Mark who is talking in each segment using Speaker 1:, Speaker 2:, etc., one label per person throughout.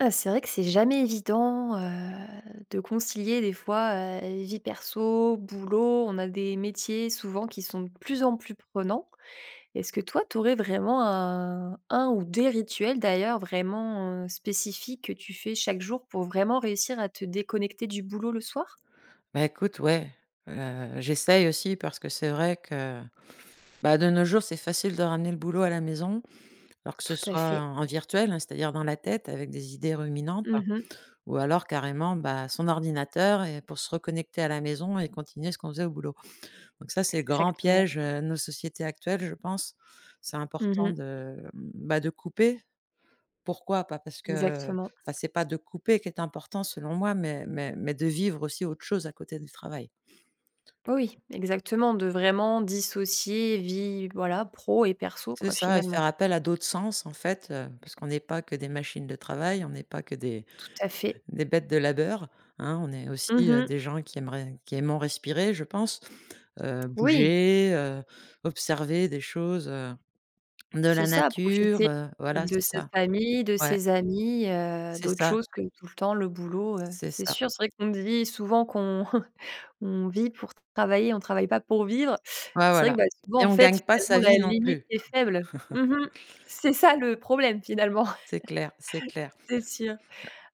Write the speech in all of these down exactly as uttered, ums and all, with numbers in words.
Speaker 1: Heu, c'est vrai que c'est jamais évident, heu, de concilier des fois, heu, vie perso, boulot. On a des métiers souvent qui sont de plus en plus prenants. Est-ce que toi, tu aurais vraiment un un ou des rituels d'ailleurs vraiment, heu, spécifiques que tu fais chaque jour pour vraiment réussir à te déconnecter du boulot le soir?
Speaker 2: Bah, écoute, ouais, heu, j'essaye aussi parce que c'est vrai que, bah, de nos jours, c'est facile de ramener le boulot à la maison, alors que ce
Speaker 1: Tout à
Speaker 2: soit
Speaker 1: fait.
Speaker 2: en virtuel, hein, c'est-à-dire dans la tête avec des idées ruminantes
Speaker 1: Mmh.
Speaker 2: ou alors carrément, bah, son ordinateur et pour se reconnecter à la maison et continuer ce qu'on faisait au boulot. Donc ça, c'est le grand
Speaker 1: Exactement.
Speaker 2: piège, heu, de nos sociétés actuelles, je pense. C'est important
Speaker 1: Mmh.
Speaker 2: de, bah, de couper. Pourquoi? Pas parce que
Speaker 1: Exactement.
Speaker 2: enfin, c'est pas de couper qui est important selon moi, mais mais mais de vivre aussi autre chose à côté du travail.
Speaker 1: Oui, exactement, de vraiment dissocier vie, voilà, pro et perso
Speaker 2: C'est
Speaker 1: quoi,
Speaker 2: ça et faire
Speaker 1: finalement.
Speaker 2: appel à d'autres sens en fait, heu, parce qu'on n'est pas que des machines de travail, on n'est pas que des
Speaker 1: Tout à fait.
Speaker 2: des bêtes de labeur, hein. On est aussi, heu,
Speaker 1: Mmh.
Speaker 2: des gens qui aimeraient qui aimons respirer je pense, heu,
Speaker 1: Oui,
Speaker 2: bouger, heu, observer des choses, heu, de
Speaker 1: c'est
Speaker 2: la
Speaker 1: ça,
Speaker 2: nature,
Speaker 1: profiter
Speaker 2: heu,
Speaker 1: euh,
Speaker 2: voilà
Speaker 1: de
Speaker 2: c'est
Speaker 1: sa
Speaker 2: ça.
Speaker 1: famille, de
Speaker 2: Ouais,
Speaker 1: ses amis, heu,
Speaker 2: c'est
Speaker 1: d'autres
Speaker 2: ça,
Speaker 1: choses que tout le temps le boulot, heu,
Speaker 2: c'est
Speaker 1: c'est
Speaker 2: ça.
Speaker 1: sûr. C'est vrai qu'on dit souvent qu'on on vit pour travailler, on travaille pas pour vivre.
Speaker 2: Ouais
Speaker 1: C'est vrai
Speaker 2: voilà
Speaker 1: que, bah, souvent,
Speaker 2: et
Speaker 1: en
Speaker 2: on
Speaker 1: fait,
Speaker 2: gagne pas sa
Speaker 1: finalement,
Speaker 2: vie
Speaker 1: la
Speaker 2: non
Speaker 1: limite
Speaker 2: plus.
Speaker 1: est faible. Mmh mh. C'est ça le problème, finalement,
Speaker 2: C'est clair, c'est clair.
Speaker 1: c'est sûr.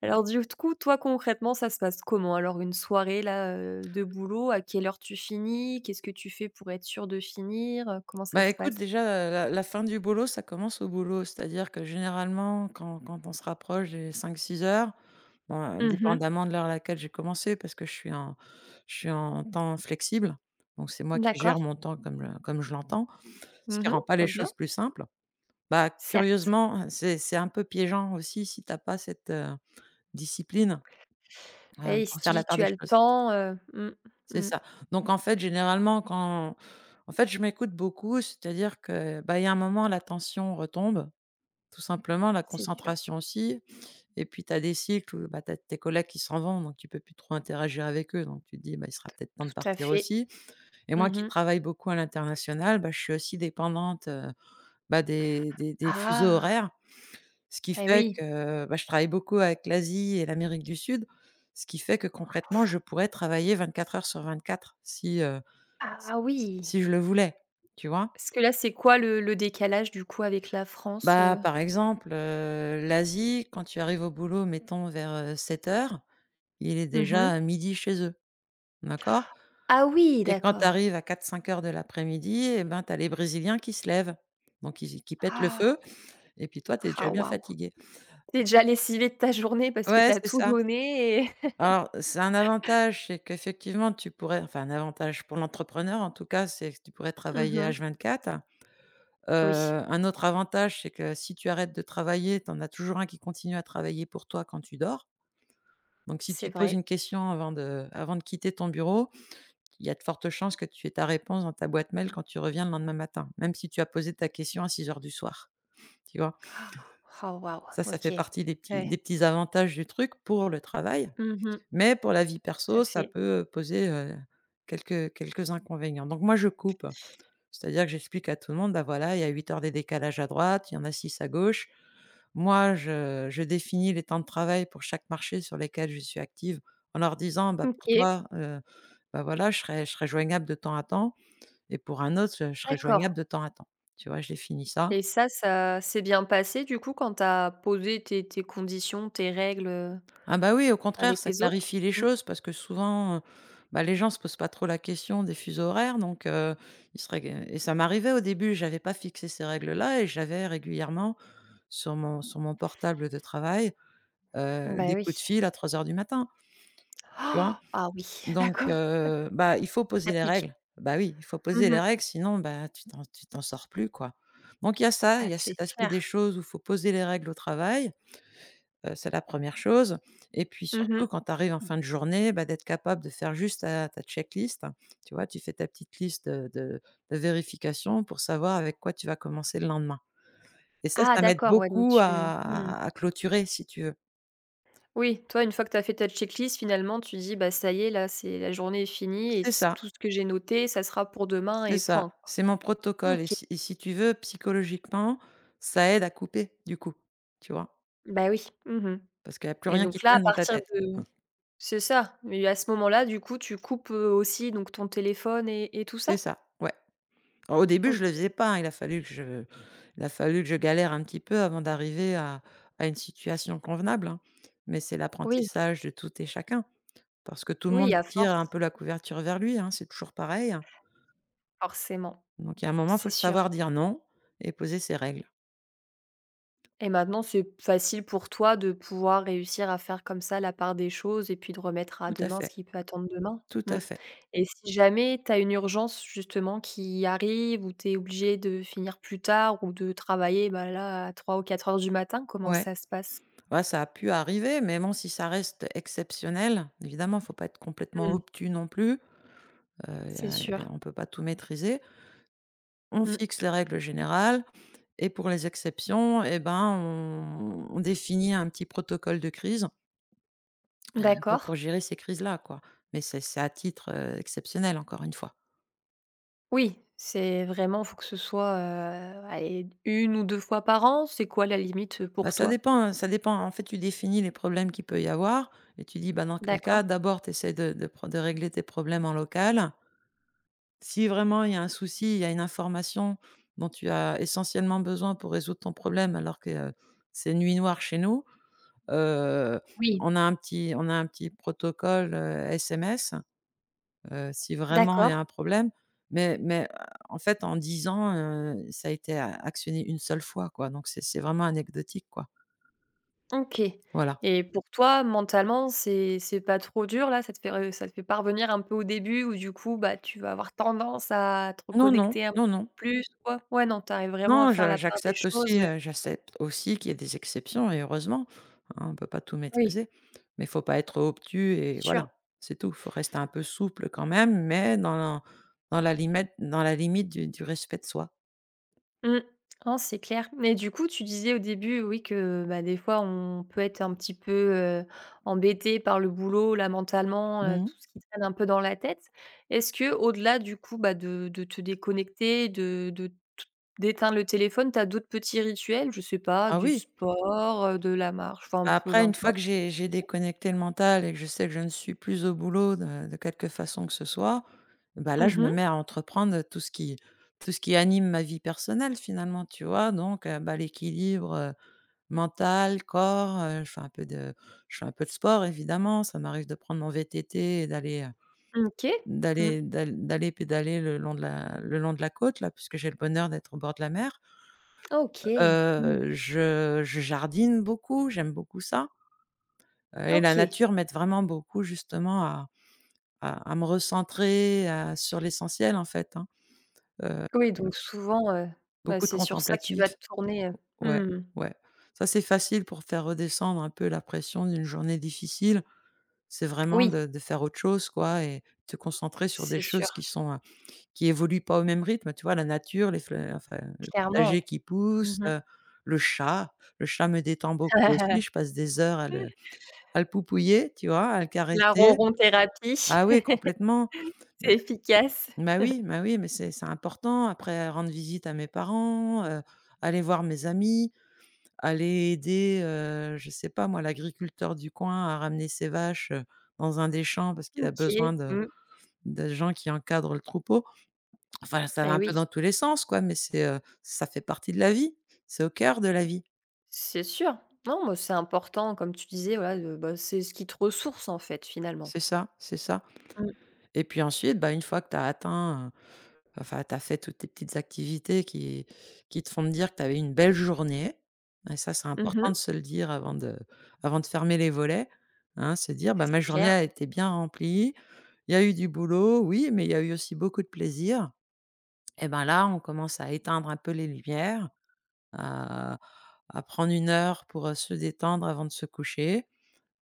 Speaker 1: Alors du coup, toi, concrètement, ça se passe comment? Alors une soirée, là, heu, de boulot, à quelle heure tu finis? Qu'est-ce que tu fais pour être sûre de finir, heu? Comment ça
Speaker 2: Bah,
Speaker 1: se
Speaker 2: écoute,
Speaker 1: passe?
Speaker 2: déjà, la la la fin du boulot, ça commence au boulot. C'est-à-dire que généralement, quand quand on se rapproche des cinq six heures, bon,
Speaker 1: Mmh mh.
Speaker 2: indépendamment de l'heure à laquelle j'ai commencé, parce que je suis en je suis en temps flexible, donc c'est moi qui
Speaker 1: D'accord.
Speaker 2: gère mon temps comme le comme je l'entends, ce qui
Speaker 1: Mmh mh,
Speaker 2: rend pas
Speaker 1: très
Speaker 2: les choses
Speaker 1: bien,
Speaker 2: plus simples. Bah,
Speaker 1: certes.
Speaker 2: curieusement, c'est c'est un peu piégeant aussi si tu as pas cette, heu, discipline, heu,
Speaker 1: Et si
Speaker 2: pour
Speaker 1: tu
Speaker 2: faire la
Speaker 1: dis que
Speaker 2: part
Speaker 1: tu
Speaker 2: des
Speaker 1: as le
Speaker 2: choses.
Speaker 1: temps, heu, mmh,
Speaker 2: C'est
Speaker 1: mmh,
Speaker 2: ça. Donc en fait, généralement, quand en fait, je m'écoute beaucoup, c'est-à-dire que, bah, il y a un moment, la tension retombe, tout simplement, la
Speaker 1: c'est sûr,
Speaker 2: concentration aussi. Et puis, tu as des cycles où, bah, tu as tes collègues qui s'en vont, donc tu peux plus trop interagir avec eux. Donc tu te dis: «Bah, il sera peut-être temps de
Speaker 1: tout à
Speaker 2: partir
Speaker 1: fait.
Speaker 2: aussi». Et moi qui
Speaker 1: Mmh mh.
Speaker 2: travaille beaucoup à l'international, bah, je suis aussi dépendante, heu, bah, des des des fuseaux
Speaker 1: Ah!
Speaker 2: horaires. Ce qui
Speaker 1: Bah,
Speaker 2: fait
Speaker 1: oui.
Speaker 2: que, bah, je travaille beaucoup avec l'Asie et l'Amérique du Sud, ce qui fait que concrètement, je pourrais travailler vingt-quatre heures sur vingt-quatre si, heu si
Speaker 1: Ah
Speaker 2: si
Speaker 1: oui!
Speaker 2: si je le voulais, tu vois?
Speaker 1: Parce que là, c'est quoi le le décalage du coup avec la France,
Speaker 2: Bah,
Speaker 1: heu?
Speaker 2: par exemple, heu, l'Asie, quand tu arrives au boulot, mettons vers, heu, sept heures, il est
Speaker 1: Mmh mh.
Speaker 2: déjà midi chez eux, d'accord?
Speaker 1: Ah oui,
Speaker 2: Et quand tu
Speaker 1: d'accord.
Speaker 2: arrives à quatre, cinq heures de l'après-midi, et ben, tu as les brésiliens qui se lèvent, donc ils qui pètent le
Speaker 1: Ah!
Speaker 2: feu et puis toi, tu es déjà
Speaker 1: Ah
Speaker 2: bien
Speaker 1: waouh!
Speaker 2: fatigué.
Speaker 1: Tu es déjà lessivé de ta journée parce que
Speaker 2: Ouais,
Speaker 1: tu as
Speaker 2: c'est
Speaker 1: tout
Speaker 2: ça.
Speaker 1: donné et
Speaker 2: Alors, c'est un avantage, c'est qu'effectivement, tu pourrais enfin un avantage pour l'entrepreneur en tout cas, c'est que tu pourrais
Speaker 1: Mmh
Speaker 2: travailler
Speaker 1: mh.
Speaker 2: H vingt-quatre. Heu,
Speaker 1: Oui,
Speaker 2: un autre avantage, c'est que si tu arrêtes de travailler, tu en as toujours un qui continue à travailler pour toi quand tu dors. Donc si
Speaker 1: c'est
Speaker 2: tu poses
Speaker 1: vrai.
Speaker 2: une question avant de avant de quitter ton bureau, il y a de fortes chances que tu aies ta réponse dans ta boîte mail quand tu reviens le lendemain matin, même si tu as posé ta question à six heures du soir, tu vois?
Speaker 1: Ah waouh!
Speaker 2: Ça, ça fait
Speaker 1: OK.
Speaker 2: partie des petits des
Speaker 1: Ouais.
Speaker 2: petits avantages du truc pour le travail,
Speaker 1: Mmh mh.
Speaker 2: mais pour la vie
Speaker 1: Tout à
Speaker 2: perso, ça
Speaker 1: fait.
Speaker 2: peut, heu, poser, heu, quelques quelques inconvénients. Donc moi, je coupe. C'est-à-dire que j'explique à tout le monde, bah, voilà, il y a huit heures de décalage à droite, il y en a six à gauche. Moi, je je définis les temps de travail pour chaque marché sur lesquels je suis active en leur disant: «Bah, pour
Speaker 1: OK,
Speaker 2: toi, heu, bah, voilà, je serai je serai joignable de temps à temps et pour un autre, je serai joignable
Speaker 1: d'accord.
Speaker 2: de temps à temps». Tu vois? Je définis ça.
Speaker 1: Et ça, ça s'est bien passé du coup quand tu as posé tes tes conditions, tes règles, heu,
Speaker 2: Ah, bah, oui, au contraire,
Speaker 1: avec
Speaker 2: ça
Speaker 1: les autres?
Speaker 2: clarifie les
Speaker 1: Mmh.
Speaker 2: choses parce que souvent, heu, bah, les gens se posent pas trop la question des fuseaux horaires donc heu, ils seraient et ça m'arrivait au début, j'avais pas fixé ces règles-là et j'avais régulièrement sur mon sur mon portable de travail, heu,
Speaker 1: Bah,
Speaker 2: des coups de
Speaker 1: oui.
Speaker 2: fil à trois heures du matin, tu vois?
Speaker 1: Oh, ah oui,
Speaker 2: Donc
Speaker 1: d'accord.
Speaker 2: heu, bah, il faut
Speaker 1: Ça
Speaker 2: poser les
Speaker 1: pique.
Speaker 2: règles. Bah oui, il faut poser les
Speaker 1: Mmh.
Speaker 2: règles, sinon, bah, tu t'en tu t'en sors plus, quoi. Donc il y a ça,
Speaker 1: Ah,
Speaker 2: il y a
Speaker 1: c'est
Speaker 2: cet aspect des
Speaker 1: clair.
Speaker 2: choses où faut poser les règles au travail, heu, c'est la première chose et puis surtout
Speaker 1: Mmh.
Speaker 2: quand tu arrives en fin de journée, bah, d'être capable de faire juste ta ta checklist, tu vois? Tu fais ta petite liste, heu, de de vérification pour savoir avec quoi tu vas commencer le lendemain et ça,
Speaker 1: Ah
Speaker 2: ça m'aide
Speaker 1: d'accord, ouais, donc
Speaker 2: beaucoup
Speaker 1: tu
Speaker 2: à
Speaker 1: mmh.
Speaker 2: à à clôturer si tu veux.
Speaker 1: Oui, toi, une fois que tu as fait ta checklist, finalement, tu dis: «Bah, ça y est, là, c'est la journée est finie et
Speaker 2: C'est
Speaker 1: c tout
Speaker 2: ça,
Speaker 1: ce que j'ai noté, ça sera pour demain
Speaker 2: c'est
Speaker 1: et
Speaker 2: ça.
Speaker 1: point, quoi».
Speaker 2: C'est mon protocole et
Speaker 1: OK.
Speaker 2: si et si tu veux, psychologiquement, ça aide à couper du coup, tu vois?
Speaker 1: Bah, oui. Mmh.
Speaker 2: Parce qu'il n'y a plus
Speaker 1: et
Speaker 2: rien qui
Speaker 1: donc là, à
Speaker 2: traîne dans ta
Speaker 1: partir
Speaker 2: tête.
Speaker 1: de C'est ça, mais à ce moment-là, du coup, tu coupes, heu, aussi donc ton téléphone et et tout
Speaker 2: C'est
Speaker 1: ça?
Speaker 2: ça, ouais. Alors au début,
Speaker 1: OK.
Speaker 2: je le faisais pas, hein, il a fallu que je il a fallu que je galère un petit peu avant d'arriver à à une situation convenable, hein. Mais c'est
Speaker 1: Oui,
Speaker 2: l'apprentissage de tout et chacun, parce que tout le
Speaker 1: oui,
Speaker 2: monde
Speaker 1: à
Speaker 2: tire un
Speaker 1: force,
Speaker 2: peu la couverture vers lui, hein, c'est toujours pareil, hein.
Speaker 1: forcément,
Speaker 2: Donc il y a un moment, il
Speaker 1: c'est
Speaker 2: faut
Speaker 1: sûr.
Speaker 2: savoir dire non et poser ses règles.
Speaker 1: Et maintenant, c'est facile pour toi de pouvoir réussir à faire comme ça la part des choses et puis de remettre à
Speaker 2: Tout à
Speaker 1: demain ce
Speaker 2: fait,
Speaker 1: qui peut attendre demain.
Speaker 2: tout à
Speaker 1: Mmh.
Speaker 2: fait.
Speaker 1: Et si jamais tu as une urgence justement qui arrive ou tu es obligé de finir plus tard ou de travailler, bah, là, à trois ou quatre heures du matin, comment
Speaker 2: Ouais.
Speaker 1: ça se passe?
Speaker 2: Ouais, ça a pu arriver, mais bon, si ça reste exceptionnel, évidemment, faut pas être complètement
Speaker 1: Mmh.
Speaker 2: obtus non plus, heu, y
Speaker 1: C'est
Speaker 2: a y
Speaker 1: sûr.
Speaker 2: a on peut pas tout maîtriser. On
Speaker 1: Mmh.
Speaker 2: fixe les règles générales et pour les exceptions et ben, on on définit un petit protocole de crise, heu, pour pour
Speaker 1: D'accord.
Speaker 2: gérer ces crises-là, quoi. Mais c'est c'est à titre, heu, exceptionnel, encore une fois.
Speaker 1: Oui, c'est vraiment faut que ce soit, heu, allez, une ou deux fois par an, c'est quoi la limite,
Speaker 2: Bah,
Speaker 1: pour
Speaker 2: ça
Speaker 1: toi?
Speaker 2: dépend, heu, ça dépend. En fait, tu définis les problèmes qu'il peut y avoir et tu dis: «Bah, dans quel cas?»
Speaker 1: D'accord.
Speaker 2: d'abord tu essaies de de pr de régler tes problèmes en local. Si vraiment il y a un souci, il y a une information dont tu as essentiellement besoin pour résoudre ton problème alors que, heu, c'est nuit noire chez nous, heu,
Speaker 1: Oui,
Speaker 2: on a un petit on a un petit protocole, heu, S M S, heu, si vraiment il y a
Speaker 1: d'accord.
Speaker 2: un problème. Mais mais, heu, en fait, en dix ans, heu, ça a été a actionné une seule fois, quoi, donc c'est c'est vraiment anecdotique, quoi.
Speaker 1: OK.
Speaker 2: Voilà.
Speaker 1: Et pour toi, mentalement, c'est c'est pas trop dur là? Ça te fait re ça te fait pas revenir un peu au début où du coup, bah, tu vas avoir tendance à te
Speaker 2: Non, non,
Speaker 1: reconnecter un petit
Speaker 2: non, non.
Speaker 1: peu plus quoi? Ouais, non, tu arrives vraiment à
Speaker 2: Non,
Speaker 1: faire
Speaker 2: je
Speaker 1: la part des
Speaker 2: j'accepte
Speaker 1: choses,
Speaker 2: aussi, heu, j'accepte aussi qu'il y ait des exceptions et heureusement, hein, on ne peut pas tout
Speaker 1: oui,
Speaker 2: maîtriser. Mais il faut pas être obtus et
Speaker 1: sûr.
Speaker 2: voilà, c'est tout. Il Faut rester un peu souple quand même, mais dans la, dans la limite, dans la limite du du respect de soi.
Speaker 1: Mmh. Non, c'est clair. Mais du coup, tu disais au début, oui, que, bah, des fois, on peut être un petit peu, heu, embêté par le boulot, là, mentalement, heu,
Speaker 2: Mmh.
Speaker 1: tout ce qui traîne un peu dans la tête. Est-ce que, au delà du coup, bah, de de te déconnecter, de de t d'éteindre le téléphone, tu as d'autres petits rituels? Je sais pas,
Speaker 2: Ah
Speaker 1: du
Speaker 2: oui,
Speaker 1: sport, heu, de la marche, enfin, un
Speaker 2: bah,
Speaker 1: peu
Speaker 2: après une fois que
Speaker 1: importe.
Speaker 2: j'ai j'ai déconnecté le mental et que je sais que je ne suis plus au boulot de de quelque façon que ce soit, bah, là, je me
Speaker 1: Mmh.
Speaker 2: mets à entreprendre tout ce qui tout ce qui anime ma vie personnelle finalement, tu vois? Donc heu, bah, l'équilibre, Mental, corps, heu, je fais un peu de je fais un peu de sport évidemment, ça m'arrive de prendre mon V T T et d'aller, heu,
Speaker 1: OK. Mmh.
Speaker 2: d'aller d'al d'aller pédaler le long de la le long de la côte là, puisque j'ai le bonheur d'être au bord de la mer.
Speaker 1: OK. Mmh.
Speaker 2: Heu, je je jardine beaucoup, j'aime beaucoup ça, heu et la
Speaker 1: OK.
Speaker 2: nature m'aide vraiment beaucoup justement à à à me recentrer, à sur l'essentiel en fait, hein. Heu,
Speaker 1: Oui, donc souvent, heu, bah,
Speaker 2: beaucoup de
Speaker 1: c'est sur ça que tu
Speaker 2: contemplatif.
Speaker 1: vas te tourner, heu.
Speaker 2: Ouais,
Speaker 1: Mmh.
Speaker 2: ouais. Ça c'est facile pour faire redescendre un peu la pression d'une journée difficile. C'est vraiment
Speaker 1: Oui.
Speaker 2: de de faire autre chose quoi et te concentrer sur des
Speaker 1: C'est sûr,
Speaker 2: choses qui sont, heu, qui évoluent pas au même rythme, tu vois? La nature, les fleurs, enfin, le
Speaker 1: clairement.
Speaker 2: potager qui
Speaker 1: Mmh
Speaker 2: pousse,
Speaker 1: mh.
Speaker 2: heu, le chat. Le chat me détend beaucoup aussi, je passe des heures à le à le poupouiller, tu vois? À le
Speaker 1: La
Speaker 2: caresser.
Speaker 1: ronron thérapie,
Speaker 2: Ah oui, complètement. Bah
Speaker 1: c'est efficace.
Speaker 2: bah oui, bah oui, mais c'est c'est important. Après, rendre visite à mes parents, heu, aller voir mes amis, aller aider, heu, je sais pas moi, l'agriculteur du coin à ramener ses vaches, heu, dans un des champs parce qu'il a
Speaker 1: OK.
Speaker 2: besoin de
Speaker 1: Mmh.
Speaker 2: de gens qui encadrent le troupeau. Enfin, ça va
Speaker 1: Beh,
Speaker 2: un peu
Speaker 1: oui,
Speaker 2: dans tous les sens, quoi, mais c'est, heu, ça fait partie de la vie. C'est au cœur de la vie.
Speaker 1: c'est sûr. Non, moi, c'est important, comme tu disais, voilà, de bah, c'est ce qui te ressource, en fait, finalement.
Speaker 2: C'est ça, c'est ça.
Speaker 1: Mmh.
Speaker 2: Et puis ensuite, bah, une fois que tu as atteint, heu, enfin, tu as fait toutes tes petites activités qui qui te font te dire que tu avais une belle journée et ça, c'est important
Speaker 1: Mmh.
Speaker 2: de se le dire avant de avant de fermer les volets, hein, se dire: «Bah, ma
Speaker 1: C'est
Speaker 2: journée
Speaker 1: clair.
Speaker 2: a été bien remplie. Il y a eu du boulot, oui, mais il y a eu aussi beaucoup de plaisir» et ben, là, on commence à éteindre un peu les lumières à à prendre une heure pour, heu, se détendre avant de se coucher,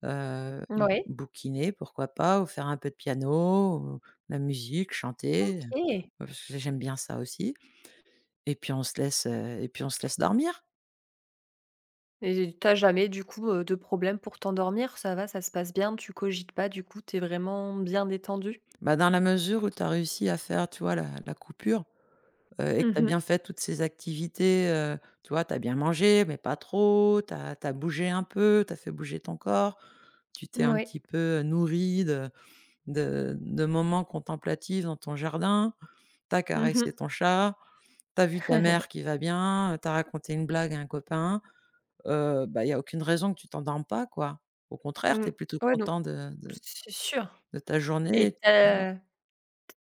Speaker 2: heu, bou
Speaker 1: Oui.
Speaker 2: bouquiner pourquoi pas ou faire un peu de piano ou de la musique, chanter, heu,
Speaker 1: OK.
Speaker 2: parce que j'aime bien ça aussi et puis on se laisse, heu et puis on se laisse dormir.
Speaker 1: Et tu jamais, du coup, heu, de problème pour t'endormir? Ça va, ça se passe bien? Tu cogites pas, du coup, t'es vraiment bien détendu.
Speaker 2: Bah, dans la mesure où tu as réussi à faire, tu vois, la la coupure, heu et
Speaker 1: Oui.
Speaker 2: que tu as
Speaker 1: mh.
Speaker 2: bien fait toutes ces activités, heu, tu vois, tu as bien mangé mais pas trop, tu as bougé un peu, tu as fait bouger ton corps, tu t'es un petit peu nourri de de de moments contemplatifs dans ton jardin. T'as
Speaker 1: Mmh.
Speaker 2: caressé ton chat, t'as vu ta mère qui va bien, heu, tu raconté une blague à un copain, heu, bah, il y a aucune raison que tu t'endormes pas, quoi. Au contraire, tu
Speaker 1: Mmh.
Speaker 2: es plutôt
Speaker 1: Ouais, donc.
Speaker 2: content de de
Speaker 1: C'est sûr.
Speaker 2: de ta journée et
Speaker 1: Et
Speaker 2: tu
Speaker 1: tu
Speaker 2: dors.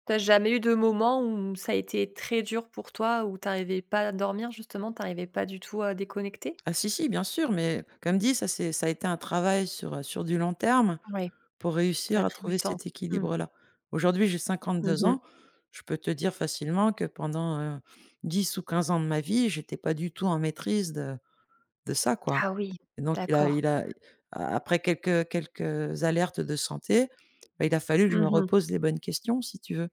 Speaker 1: T'as jamais eu de moment où ça a été très dur pour toi, où t'arrivais pas à dormir justement, t'arrivais pas du tout à déconnecter?
Speaker 2: Ah si, si, bien sûr, mais comme dit, ça c'est ça a été un travail sur, heu, sur du long terme
Speaker 1: Oui.
Speaker 2: pour
Speaker 1: Ça
Speaker 2: réussir
Speaker 1: a
Speaker 2: à
Speaker 1: pris du
Speaker 2: trouver
Speaker 1: temps.
Speaker 2: cet
Speaker 1: Mmh.
Speaker 2: équilibre-là. Aujourd'hui, j'ai cinquante
Speaker 1: Mmh
Speaker 2: deux
Speaker 1: mh.
Speaker 2: ans, Je peux te dire facilement que pendant, heu, dix ou quinze ans de ma vie, j'étais pas du tout en maîtrise de de ça, quoi.
Speaker 1: Ah oui,
Speaker 2: Et donc il a
Speaker 1: d'accord.
Speaker 2: il a après quelques, quelques, alertes de santé, bah, il a fallu que je me
Speaker 1: Mmh mh.
Speaker 2: repose les bonnes questions si tu veux.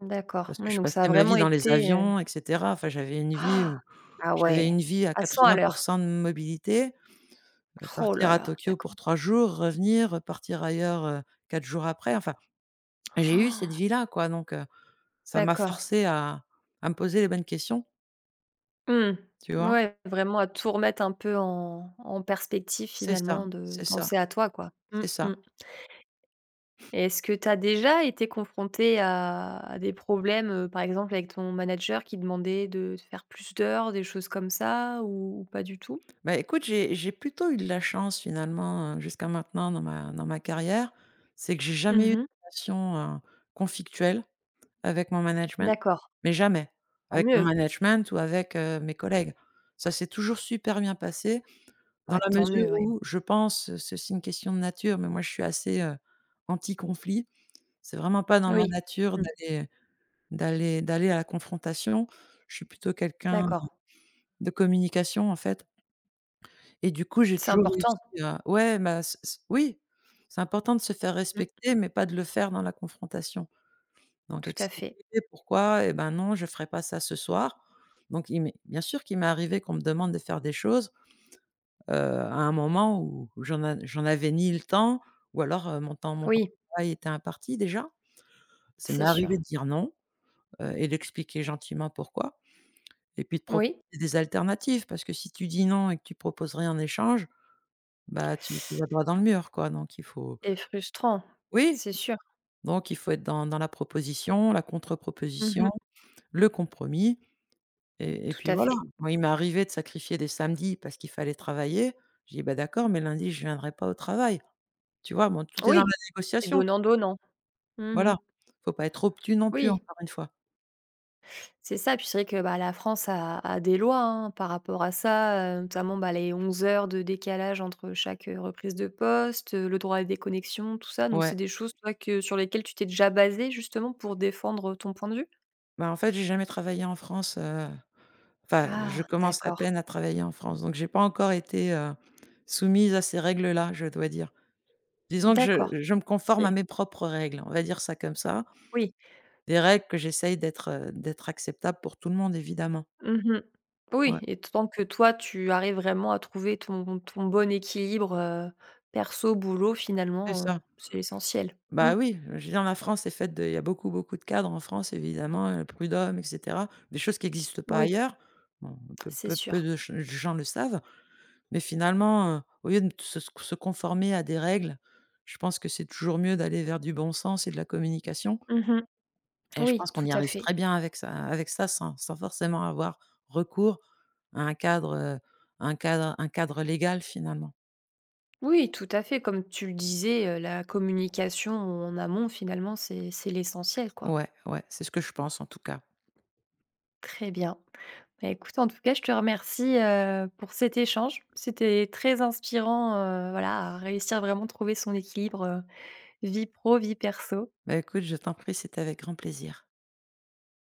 Speaker 1: D'accord.
Speaker 2: Parce que
Speaker 1: Oui,
Speaker 2: je
Speaker 1: donc ça a
Speaker 2: passais ma
Speaker 1: vraiment
Speaker 2: vie dans les
Speaker 1: été, heu
Speaker 2: avions et cetera. Enfin, j'avais une vie
Speaker 1: ah.
Speaker 2: où
Speaker 1: Ah
Speaker 2: j'avais
Speaker 1: ouais,
Speaker 2: une vie à
Speaker 1: à cent à
Speaker 2: quatre-vingts
Speaker 1: l'heure.
Speaker 2: de mobilité. Euh,
Speaker 1: Oh
Speaker 2: partir
Speaker 1: là
Speaker 2: à
Speaker 1: là,
Speaker 2: Tokyo pour
Speaker 1: d'accord.
Speaker 2: trois jours, revenir, repartir ailleurs, heu, quatre jours après. Enfin, j'ai eu cette vie-là quoi donc heu, ça m'a
Speaker 1: D'accord.
Speaker 2: forcé à à me poser les bonnes questions,
Speaker 1: Mmh.
Speaker 2: tu vois?
Speaker 1: Ouais, vraiment à tout remettre un peu en en perspective
Speaker 2: C'est ça,
Speaker 1: finalement, de
Speaker 2: c'est ça,
Speaker 1: penser à toi, quoi. Mmh
Speaker 2: c'est
Speaker 1: mh.
Speaker 2: ça.
Speaker 1: Est-ce que tu as déjà été confronté à à des problèmes, heu, par exemple avec ton manager qui demandait de faire plus d'heures, des choses comme ça ou ou pas du tout?
Speaker 2: Bah, écoute, j'ai j'ai plutôt eu de la chance finalement, heu, jusqu'à maintenant dans ma dans ma carrière. C'est que j'ai jamais eu de
Speaker 1: Mmh.
Speaker 2: relation, heu, conflictuelle avec mon management,
Speaker 1: D'accord,
Speaker 2: mais jamais.
Speaker 1: tant
Speaker 2: Avec mon
Speaker 1: mieux.
Speaker 2: management ou avec, heu, mes collègues. Ça s'est toujours super bien passé dans
Speaker 1: Bah,
Speaker 2: la
Speaker 1: tant
Speaker 2: mesure
Speaker 1: mieux, ouais.
Speaker 2: où je pense, c'est aussi une question de nature, mais moi je suis assez, heu, anti-conflit. C'est vraiment pas dans ma
Speaker 1: Oui.
Speaker 2: nature
Speaker 1: Mmh.
Speaker 2: d'aller d'aller d'aller à la confrontation. Je suis plutôt quelqu'un
Speaker 1: D'accord.
Speaker 2: de communication en fait. Et du coup, j'ai
Speaker 1: C'est
Speaker 2: toujours réussi
Speaker 1: important.
Speaker 2: à, ouais, bah, c c oui, c'est important de se faire
Speaker 1: Mmh.
Speaker 2: respecter, mais pas de le faire dans la confrontation. Donc
Speaker 1: Tout à
Speaker 2: expliquer
Speaker 1: fait.
Speaker 2: pourquoi: «Eh ben, non, je ferai pas ça ce soir». Donc il m'est bien sûr qu'il m'est arrivé qu'on me demande de faire des choses, heu, à un moment où j'en a j'en avais ni le temps ou alors, heu, mon temps mon temps
Speaker 1: Oui,
Speaker 2: de travail était imparti déjà. Ça m'est
Speaker 1: c'est
Speaker 2: arrivé
Speaker 1: sûr.
Speaker 2: de dire non, heu, et d'expliquer gentiment pourquoi et puis de proposer
Speaker 1: Oui.
Speaker 2: des alternatives parce que si tu dis non et que tu proposes rien en échange, bah, tu tu vas droit dans le mur, quoi, donc il faut,
Speaker 1: C'est frustrant,
Speaker 2: oui,
Speaker 1: c'est sûr.
Speaker 2: donc il faut être dans dans la proposition, la contre-proposition,
Speaker 1: Mmh.
Speaker 2: le compromis et et
Speaker 1: Tout
Speaker 2: puis
Speaker 1: à
Speaker 2: voilà.
Speaker 1: fait.
Speaker 2: Moi, il m'est arrivé de sacrifier des samedis parce qu'il fallait travailler. J'ai dit: «Bah, d'accord, mais lundi, je viendrai pas au travail». Tu vois? Bon, tout est dans la
Speaker 1: Oui, c'est
Speaker 2: négociation,
Speaker 1: donnant-donnant. Mmh.
Speaker 2: voilà. Faut pas être obtus non plus,
Speaker 1: Oui.
Speaker 2: encore une fois.
Speaker 1: C'est ça, puis c'est vrai que, bah, la France a a des lois, hein, par rapport à ça, heu, notamment, bah, les onze heures de décalage entre chaque, heu, reprise de poste, heu, le droit à la déconnexion, tout ça, donc
Speaker 2: Ouais.
Speaker 1: c'est des choses, toi, que sur lesquelles tu t'es déjà basé justement, pour défendre, ton point de vue?
Speaker 2: Bah, en fait, j'ai jamais travaillé en France, heu, enfin, je
Speaker 1: Ah,
Speaker 2: commence à
Speaker 1: d'accord.
Speaker 2: peine à travailler en France, donc j'ai pas encore été, heu, soumise à ces règles-là, je dois dire. Disons que je
Speaker 1: D'accord.
Speaker 2: je me conforme à
Speaker 1: Et
Speaker 2: mes propres règles, on va dire ça comme ça.
Speaker 1: oui.
Speaker 2: Des règles que j'essaye d'être, heu, d'être acceptable pour tout le monde évidemment.
Speaker 1: Mmh. Oui
Speaker 2: Ouais,
Speaker 1: et tant que toi, tu arrives vraiment à trouver ton ton bon équilibre, heu, perso, boulot,
Speaker 2: c'est
Speaker 1: finalement,
Speaker 2: ça.
Speaker 1: heu, c'est l'essentiel. Mmh,
Speaker 2: Bah, oui, je veux dire la France est faite de il y a beaucoup, beaucoup de cadres en France évidemment, heu, prud'hommes et cetera. Des choses qui n'existent pas
Speaker 1: oui,
Speaker 2: ailleurs. Bon, peu
Speaker 1: c'est
Speaker 2: peu peu
Speaker 1: sûr.
Speaker 2: de ch gens le savent, mais finalement, heu, au lieu de se se conformer à des règles, je pense que c'est toujours mieux d'aller vers du bon sens et de la communication.
Speaker 1: Mmh.
Speaker 2: Et je
Speaker 1: Oui,
Speaker 2: pense qu'on
Speaker 1: tout
Speaker 2: y
Speaker 1: à
Speaker 2: arrive
Speaker 1: fait.
Speaker 2: très bien avec ça avec ça, sans sans forcément avoir recours à un cadre, heu, un cadre un cadre légal finalement.
Speaker 1: Oui, tout à fait. Comme tu le disais, heu, la communication en amont, finalement, c'est c'est l'essentiel, quoi.
Speaker 2: Ouais, ouais, c'est ce que je pense en tout cas.
Speaker 1: Très bien. Bah, écoute, en tout cas, je te remercie, heu, pour cet échange. C'était très inspirant, heu, voilà, à réussir vraiment à trouver son équilibre, heu, vie pro, vie perso.
Speaker 2: Bah, écoute, je t'en prie, c'était avec grand plaisir.